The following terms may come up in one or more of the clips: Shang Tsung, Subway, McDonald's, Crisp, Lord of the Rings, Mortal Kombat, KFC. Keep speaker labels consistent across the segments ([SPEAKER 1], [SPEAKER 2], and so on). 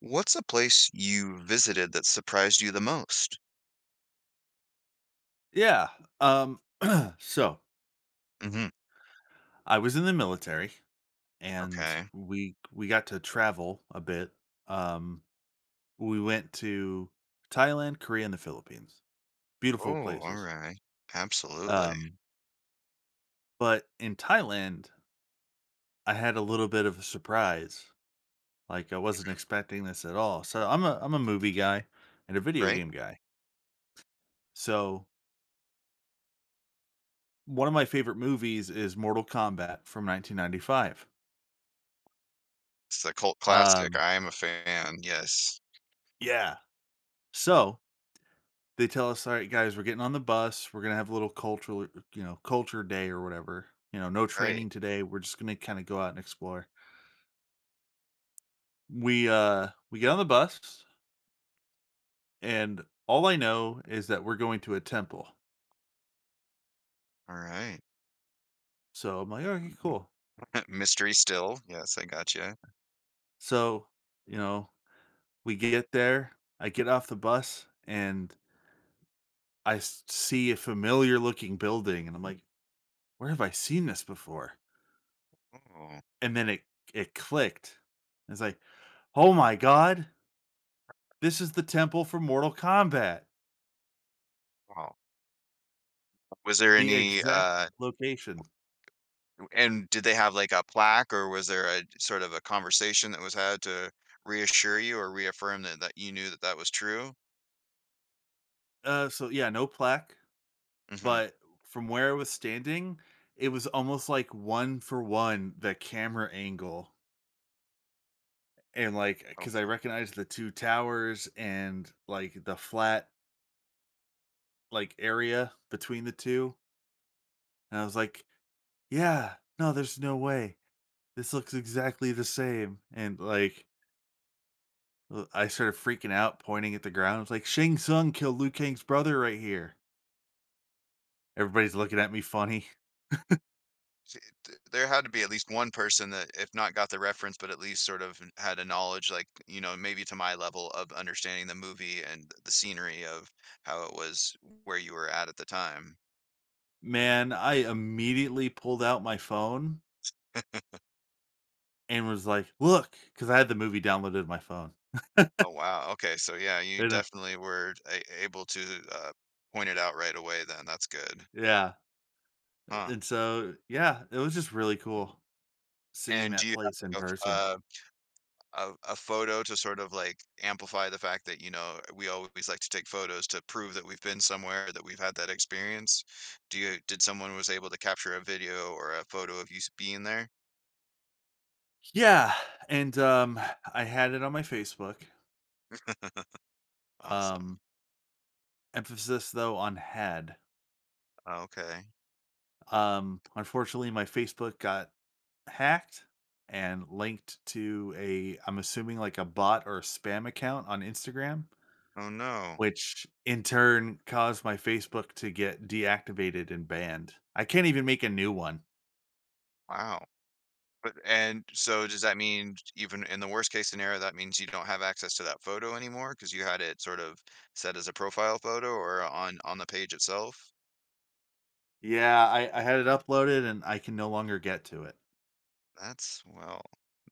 [SPEAKER 1] What's a place you visited that surprised you the most?
[SPEAKER 2] Yeah. Um so
[SPEAKER 1] Mhm,
[SPEAKER 2] I was in the military and
[SPEAKER 1] okay.
[SPEAKER 2] we got to travel a bit. Um we went to Thailand, Korea, and the Philippines. Beautiful
[SPEAKER 1] Oh,
[SPEAKER 2] places.
[SPEAKER 1] alright. Absolutely.
[SPEAKER 2] Um but in Thailand, I had a little bit of a surprise. Like I wasn't expecting this at all. So I'm a movie guy and a video
[SPEAKER 1] Right?
[SPEAKER 2] game guy. So one of my favorite movies is Mortal Kombat from 1995.
[SPEAKER 1] It's a cult classic.
[SPEAKER 2] Um
[SPEAKER 1] I am a fan, yes.
[SPEAKER 2] yeah. So they tell us, "All right, guys, we're getting on the bus. We're gonna have a little cultural, culture day or whatever. You know, no
[SPEAKER 1] Right.
[SPEAKER 2] training today. We're just gonna kind of go out and explore." We get on the bus, and all I know is that we're going to a temple.
[SPEAKER 1] Alright.
[SPEAKER 2] So I'm like, "Okay, cool."
[SPEAKER 1] Mystery still. Yes, I got you.
[SPEAKER 2] So you know, we get there. I get off the bus, and see a familiar looking building, and I'm like, "Where have I seen this before?"
[SPEAKER 1] Oh,
[SPEAKER 2] And then it clicked. It's like, "Oh my god! This is the temple from Mortal Kombat,
[SPEAKER 1] wow. Was there
[SPEAKER 2] the
[SPEAKER 1] any,
[SPEAKER 2] exact location."
[SPEAKER 1] and did they have, like, a plaque, or was there a sort of a conversation that was had to reassure you or reaffirm that you knew that that was true?
[SPEAKER 2] So yeah, no plaque,
[SPEAKER 1] Mhm.
[SPEAKER 2] but from where I was standing, it was almost like one for one the camera angle and like
[SPEAKER 1] Oh,
[SPEAKER 2] because I recognized the two towers and like the flat like area between the two, and I was like, yeah, no, there's no way this looks exactly the same, and like. I started freaking out, pointing at the ground. I was like, Shang Tsung killed Liu Kang's brother right here. Everybody's looking at me funny.
[SPEAKER 1] t- t- there had to be at least one person that if not got the reference but at least sort of had a knowledge, like, you know, maybe to my level of understanding the movie and the scenery of how it was, where you were at the time.
[SPEAKER 2] Man, I immediately pulled out my phone and was like, "Look," because I had the movie downloaded on my phone,
[SPEAKER 1] Oh, wow, okay, so yeah, you
[SPEAKER 2] you know?
[SPEAKER 1] definitely were able to, uh, point it out right away, then. That's good,
[SPEAKER 2] Yeah,
[SPEAKER 1] huh?
[SPEAKER 2] and so, yeah, it was just really cool seeing
[SPEAKER 1] And do
[SPEAKER 2] that
[SPEAKER 1] you have
[SPEAKER 2] place in
[SPEAKER 1] like
[SPEAKER 2] person.
[SPEAKER 1] a photo to sort of like amplify the fact that, you know, we always like to take photos to prove that we've been somewhere, that we've had that experience. Do you did someone was able to capture a video or a photo of you being there?
[SPEAKER 2] Yeah, and, I had it on my Facebook,
[SPEAKER 1] Awesome.
[SPEAKER 2] um, emphasis, though, on had.
[SPEAKER 1] Okay.
[SPEAKER 2] Unfortunately, my Facebook got hacked and linked to a I'm assuming, like, a bot or a spam account on Instagram,
[SPEAKER 1] Oh no.
[SPEAKER 2] which in turn caused my Facebook to get deactivated and banned. I can't even make a new one.
[SPEAKER 1] Wow. But and so does that mean even in the worst case scenario that means you don't have access to that photo anymore because you had it sort of set as a profile photo or on the page itself?
[SPEAKER 2] Yeah, I had it uploaded and I can no longer get to it.
[SPEAKER 1] That's well,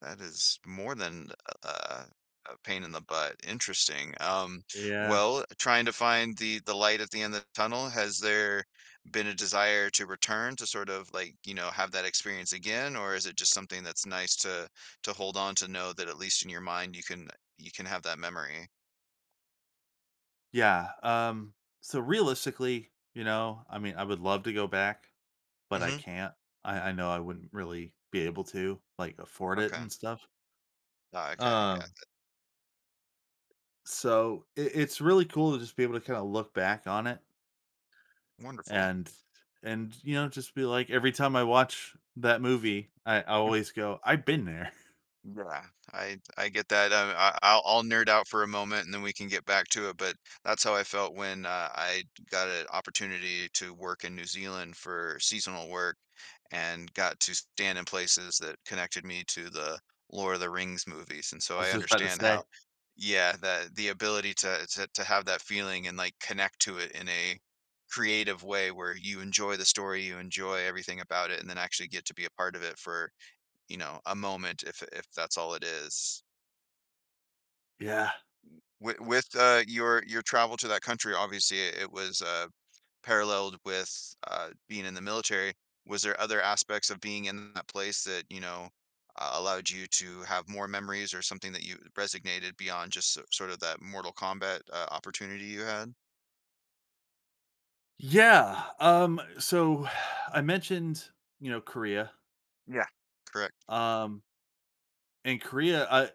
[SPEAKER 1] that is more than a, a pain in the butt. Interesting.
[SPEAKER 2] Yeah.
[SPEAKER 1] Well, trying to find the light at the end of the tunnel, has there been a desire to return to sort of like, you know, have that experience again, or is it just something that's nice to hold on to know that at least in your mind you can have that memory?
[SPEAKER 2] Yeah. So realistically, I mean, I would love to go back, but I
[SPEAKER 1] Mm-hmm.
[SPEAKER 2] can't. I know I wouldn't really be able to like afford it
[SPEAKER 1] Okay.
[SPEAKER 2] and stuff.
[SPEAKER 1] Ah, okay. Yeah.
[SPEAKER 2] Um, so it's really cool to just be able to kind of look back on it.
[SPEAKER 1] Wonderful.
[SPEAKER 2] And and, just be like every time I watch that movie, I always go, "I've been there."
[SPEAKER 1] Yeah, I get that. I, I'll nerd out for a moment and then we can get back to it. But that's how I felt when I got an opportunity to work in New Zealand for seasonal work and got to stand in places that connected me to the Lord of the Rings movies. And so
[SPEAKER 2] I was
[SPEAKER 1] I
[SPEAKER 2] just about to
[SPEAKER 1] understand
[SPEAKER 2] say.
[SPEAKER 1] how, yeah, that the ability to have that feeling and like connect to it in a creative way where you enjoy the story, you enjoy everything about it, and then actually get to be a part of it for, you know, a moment, if that's all it is.
[SPEAKER 2] Yeah.
[SPEAKER 1] With your travel to that country, obviously it was paralleled with being in the military. Was there other aspects of being in that place that, you know, allowed you to have more memories or something that you resonated beyond just sort of that Mortal Kombat opportunity you had?
[SPEAKER 2] Yeah, so I mentioned, Korea.
[SPEAKER 1] Yeah. Correct.
[SPEAKER 2] Um, in Korea, I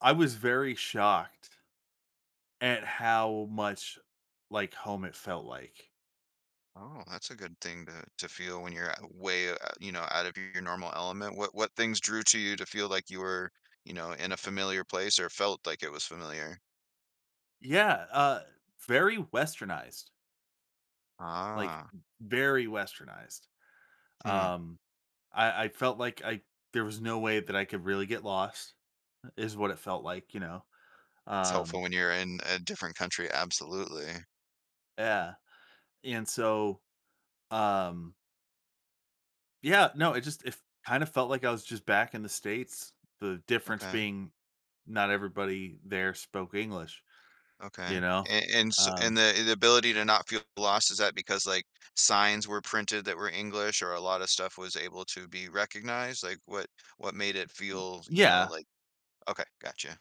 [SPEAKER 2] I was very shocked at how much like home it felt like.
[SPEAKER 1] Oh, that's a good thing to feel when you're way, you know, out of your normal element. What things drew to you to feel like you were, you know, in a familiar place or felt like it was familiar?
[SPEAKER 2] Yeah, very westernized, like,
[SPEAKER 1] Ah,
[SPEAKER 2] very westernized.
[SPEAKER 1] hmm.
[SPEAKER 2] Um, I felt like I there was no way that I could really get lost. Is what it felt like, you know?
[SPEAKER 1] It's helpful
[SPEAKER 2] Um,
[SPEAKER 1] when you're in a different country. Absolutely.
[SPEAKER 2] yeah. And so, um, yeah, no, it just, it kind of felt like I was just back in the States. The difference
[SPEAKER 1] Okay.
[SPEAKER 2] being not everybody there spoke English, you
[SPEAKER 1] Okay.
[SPEAKER 2] know?
[SPEAKER 1] And so, and
[SPEAKER 2] Um,
[SPEAKER 1] the ability to not feel lost, is that because like signs were printed that were English or a lot of stuff was able to be recognized? Like what made it feel, you know,
[SPEAKER 2] yeah,
[SPEAKER 1] like okay, gotcha.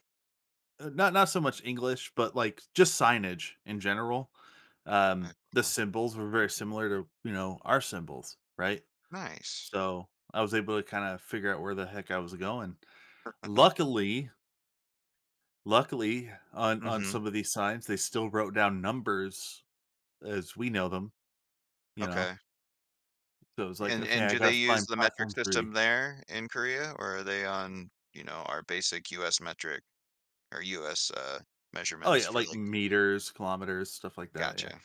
[SPEAKER 2] not, not so much English, but like just signage in general.
[SPEAKER 1] I-
[SPEAKER 2] The
[SPEAKER 1] well,
[SPEAKER 2] symbols were very similar to, you know, our symbols, right?
[SPEAKER 1] nice.
[SPEAKER 2] So I was able to kind of figure out where the heck I was going. Luckily, Luckily, on
[SPEAKER 1] Mm-hmm.
[SPEAKER 2] some of these signs, they still wrote down numbers as we know them, you know?
[SPEAKER 1] Okay.
[SPEAKER 2] So, it was like, "Okay,
[SPEAKER 1] And
[SPEAKER 2] I
[SPEAKER 1] do they
[SPEAKER 2] gotta
[SPEAKER 1] use
[SPEAKER 2] find
[SPEAKER 1] the metric
[SPEAKER 2] platform
[SPEAKER 1] system
[SPEAKER 2] 3."
[SPEAKER 1] there in Korea, or are they on, you know, our basic US metric or US
[SPEAKER 2] Oh,
[SPEAKER 1] measurements
[SPEAKER 2] yeah,
[SPEAKER 1] for
[SPEAKER 2] like
[SPEAKER 1] like
[SPEAKER 2] meters, kilometers, stuff like that, yeah.
[SPEAKER 1] gotcha.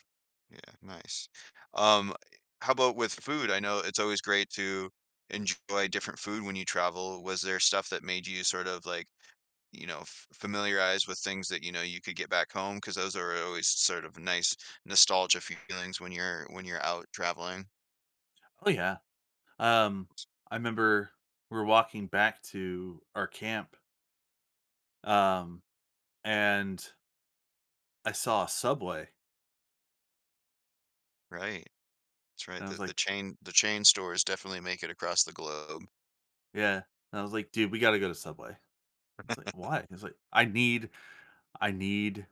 [SPEAKER 1] Yeah, nice. Um, how about with food? I know it's always great to enjoy different food when you travel. Was there stuff that made you sort of like, you know, f familiarize with things that you know you could get back home? Because those are always sort of nice nostalgia feelings when you're out traveling.
[SPEAKER 2] Oh, yeah. Um, I remember we were walking back to our camp, um, and I saw a Subway,
[SPEAKER 1] Right. That's right,
[SPEAKER 2] and I was like
[SPEAKER 1] the chain stores definitely make it across the globe.
[SPEAKER 2] yeah, and I was like, "Dude, we gotta go to Subway." It's like, "Why?" It's like, I need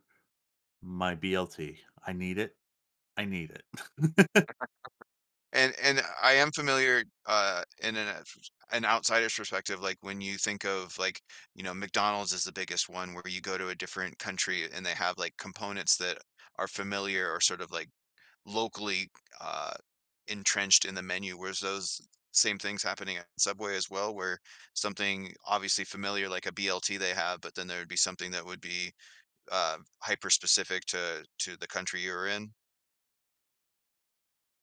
[SPEAKER 2] my BLT. I need it. I need it."
[SPEAKER 1] And I am familiar, in an outsider's perspective, like, when you think of, like, you know, McDonald's is the biggest one where you go to a different country and they have, like, components that are familiar or sort of, like, locally, uh, entrenched in the menu, whereas those same things happening at Subway as well, where something obviously familiar, like a BLT they have, but then there would be something that would be hyper specific to the country you were in?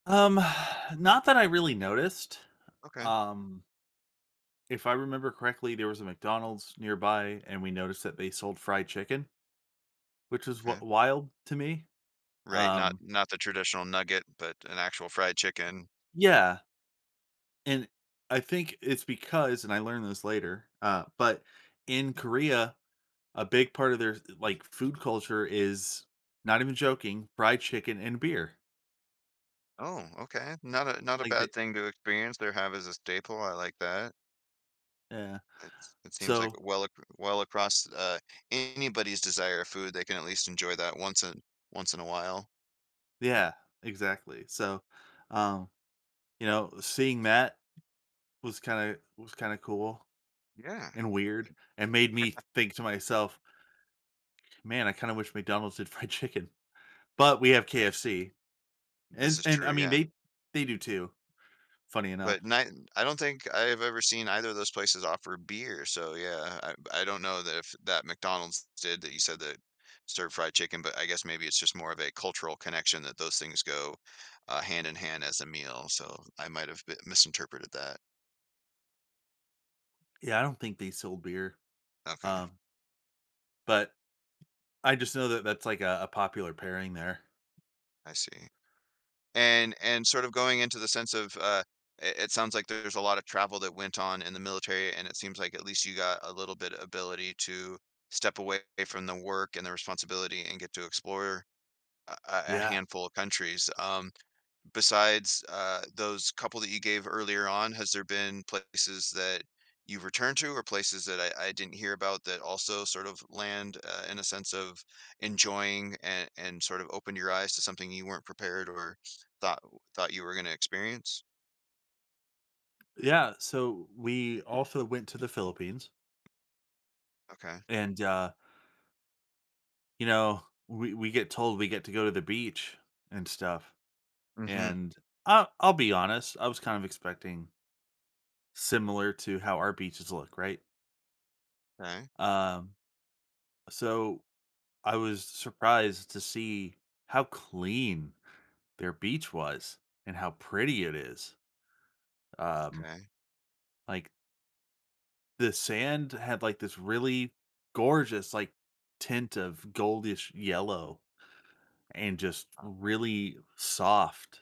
[SPEAKER 2] Um, not that I really noticed.
[SPEAKER 1] Okay,
[SPEAKER 2] Um, if I remember correctly, there was a McDonald's nearby, and we noticed that they sold fried chicken, which was
[SPEAKER 1] okay.
[SPEAKER 2] what wild to me.
[SPEAKER 1] Right, not
[SPEAKER 2] Um,
[SPEAKER 1] not the traditional nugget, but an actual fried chicken.
[SPEAKER 2] yeah, and I think it's because, and I learned this later, but in Korea, a big part of their like food culture is not even joking, fried chicken and beer.
[SPEAKER 1] Oh, okay. Not a not a
[SPEAKER 2] Like,
[SPEAKER 1] bad thing to experience. There have as a staple. I like that.
[SPEAKER 2] yeah.
[SPEAKER 1] It's, it seems like
[SPEAKER 2] So
[SPEAKER 1] well well across anybody's desire of food, they can at least enjoy that once in once in a while.
[SPEAKER 2] yeah, exactly. So, um, you know, seeing that was kinda cool
[SPEAKER 1] Yeah,
[SPEAKER 2] and weird, and made me think to myself, "Man, I kinda wish McDonald's did fried chicken." But we have KFC,
[SPEAKER 1] this is
[SPEAKER 2] and I
[SPEAKER 1] true.
[SPEAKER 2] mean,
[SPEAKER 1] Yeah.
[SPEAKER 2] they do too, funny enough.
[SPEAKER 1] But ni I don't think I've ever seen either of those places offer beer, so yeah, I don't know that if that McDonald's did that you said that served fried chicken, but I guess maybe it's just more of a cultural connection that those things go, hand in hand as a meal, so I might have b misinterpreted that.
[SPEAKER 2] Yeah, I don't think they sold beer,
[SPEAKER 1] Okay,
[SPEAKER 2] um, but I just know that that's like a popular pairing there.
[SPEAKER 1] I see. And sort of going into the sense of, it it sounds like there's a lot of travel that went on in the military, and it seems like at least you got a little bit of ability to step away from the work and the responsibility and get to explore a
[SPEAKER 2] Yeah.
[SPEAKER 1] handful of countries. Besides those couple that you gave earlier on, has there been places that you've returned to or places that I didn't hear about that also sort of land in a sense of enjoying and sort of opened your eyes to something you weren't prepared or thought thought you were going to experience?
[SPEAKER 2] Yeah, so we also went to the Philippines
[SPEAKER 1] Okay.
[SPEAKER 2] and, you know, we get told we get to go to the beach and stuff,
[SPEAKER 1] Mm-hmm.
[SPEAKER 2] and I'll be honest, I was kind of expecting similar to how our beaches look, right?
[SPEAKER 1] Okay.
[SPEAKER 2] Um, so I was surprised to see how clean their beach was and how pretty it is. Um,
[SPEAKER 1] Okay.
[SPEAKER 2] like the sand had like this really gorgeous like tint of goldish yellow and just really soft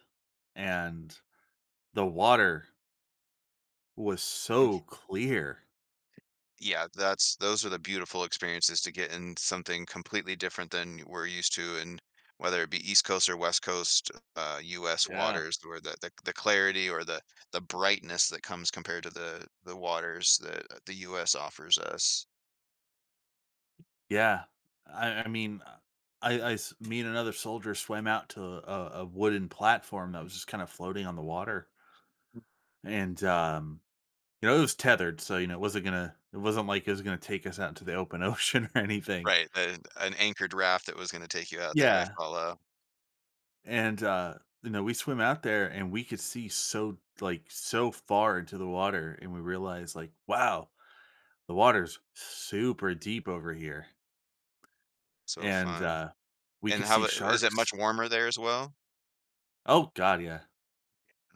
[SPEAKER 2] and the water was so clear.
[SPEAKER 1] Yeah, that's those are the beautiful experiences to get in something completely different than we're used to, and whether it be East Coast or West Coast, US
[SPEAKER 2] Yeah.
[SPEAKER 1] waters, where the clarity or the brightness that comes compared to the waters that the US offers us.
[SPEAKER 2] Yeah. I mean, me and another soldier swam out to a wooden platform that was just kind of floating on the water, and you know it was tethered, so you know it wasn't gonna, it wasn't like it was gonna take us out into the open ocean or anything.
[SPEAKER 1] Right, the, an anchored raft that was going to take you out there, I
[SPEAKER 2] Yeah,
[SPEAKER 1] follow.
[SPEAKER 2] and you know we swim out there and we could see so like so far into the water, and we realized like, wow, the water's super deep over here,
[SPEAKER 1] So
[SPEAKER 2] and,
[SPEAKER 1] fun.
[SPEAKER 2] we
[SPEAKER 1] And
[SPEAKER 2] could
[SPEAKER 1] how
[SPEAKER 2] see
[SPEAKER 1] is it much
[SPEAKER 2] sharks.
[SPEAKER 1] warmer there as well?
[SPEAKER 2] Oh god, yeah.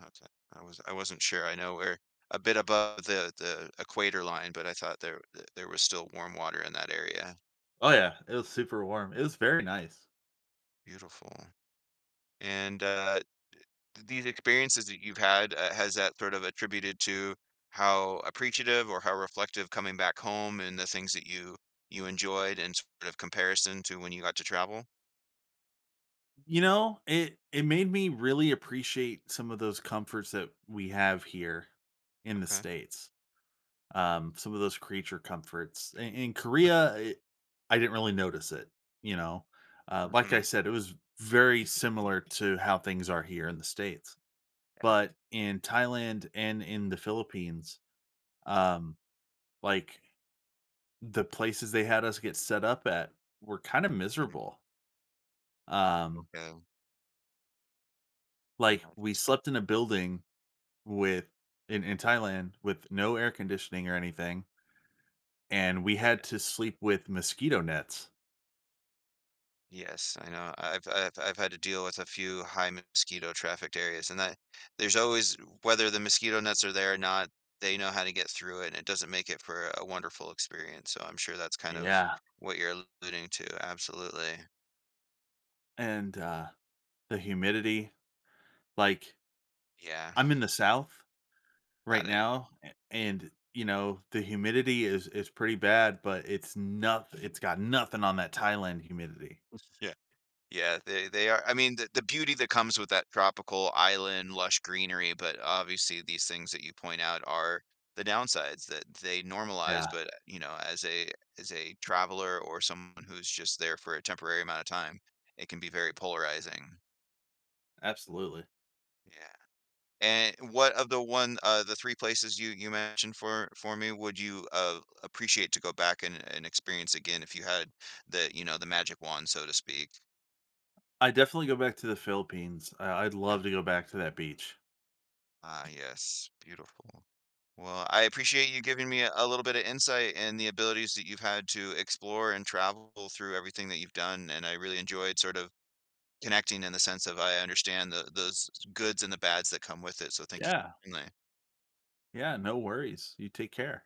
[SPEAKER 1] Okay. I was I wasn't sure. I know we're a bit above the equator line, but I thought there there was still warm water in that area.
[SPEAKER 2] Oh yeah, it was super warm. It was very nice.
[SPEAKER 1] Beautiful. And these experiences that you've had, has that sort of attributed to how appreciative or how reflective coming back home and the things that you enjoyed and sort of comparison to when you got to travel?
[SPEAKER 2] You know, it made me really appreciate some of those comforts that we have here in the
[SPEAKER 1] Okay.
[SPEAKER 2] States. Some of those creature comforts. In Korea, I didn't really notice it, you know? Like I
[SPEAKER 1] Hmm.
[SPEAKER 2] said, it was very similar to how things are here in the States.
[SPEAKER 1] Yeah.
[SPEAKER 2] But in Thailand and in the Philippines, Um, like, the places they had us get set up at were kind of
[SPEAKER 1] Mm,
[SPEAKER 2] miserable. Um,
[SPEAKER 1] okay. And
[SPEAKER 2] like,
[SPEAKER 1] I
[SPEAKER 2] we
[SPEAKER 1] just
[SPEAKER 2] slept in a building with in Thailand with no air conditioning or anything, and we had to
[SPEAKER 1] goodness.
[SPEAKER 2] sleep with mosquito nets.
[SPEAKER 1] Yes, I know. I've had to deal with a few high mosquito trafficked areas, and that there's always whether the mosquito nets are there or not, they know how to get through it, and it doesn't make it for a wonderful experience. So I'm sure that's kind of
[SPEAKER 2] Yeah,
[SPEAKER 1] what you're alluding to. Absolutely.
[SPEAKER 2] and, the humidity, like,
[SPEAKER 1] Yeah,
[SPEAKER 2] I'm in the South
[SPEAKER 1] got
[SPEAKER 2] right
[SPEAKER 1] it.
[SPEAKER 2] now, a and, you know, the humidity is pretty bad, but it's got nothing on that Thailand humidity.
[SPEAKER 1] Yeah, they are, I mean, the beauty that comes with that tropical island, lush greenery, but obviously these things that you point out are the downsides that they normalize,
[SPEAKER 2] Yeah,
[SPEAKER 1] but, you know, as a traveler or someone who's just there for a temporary amount of time, it can be very polarizing.
[SPEAKER 2] absolutely.
[SPEAKER 1] Yeah. And what of the one the 3 places you you mentioned for me would you, appreciate to go back and experience again if you had the, you know, the magic wand, so to speak?
[SPEAKER 2] I definitely go back to the Philippines. I I'd love to go back to that beach.
[SPEAKER 1] Ah, yes, beautiful. Well, I appreciate you giving me a little bit of insight and the abilities that you've had to explore and travel through everything that you've done. And I really enjoyed sort of connecting in the sense of I understand the those goods and the bads that come with it. So thank you.
[SPEAKER 2] Yeah,
[SPEAKER 1] So much.
[SPEAKER 2] yeah, no worries. You take care.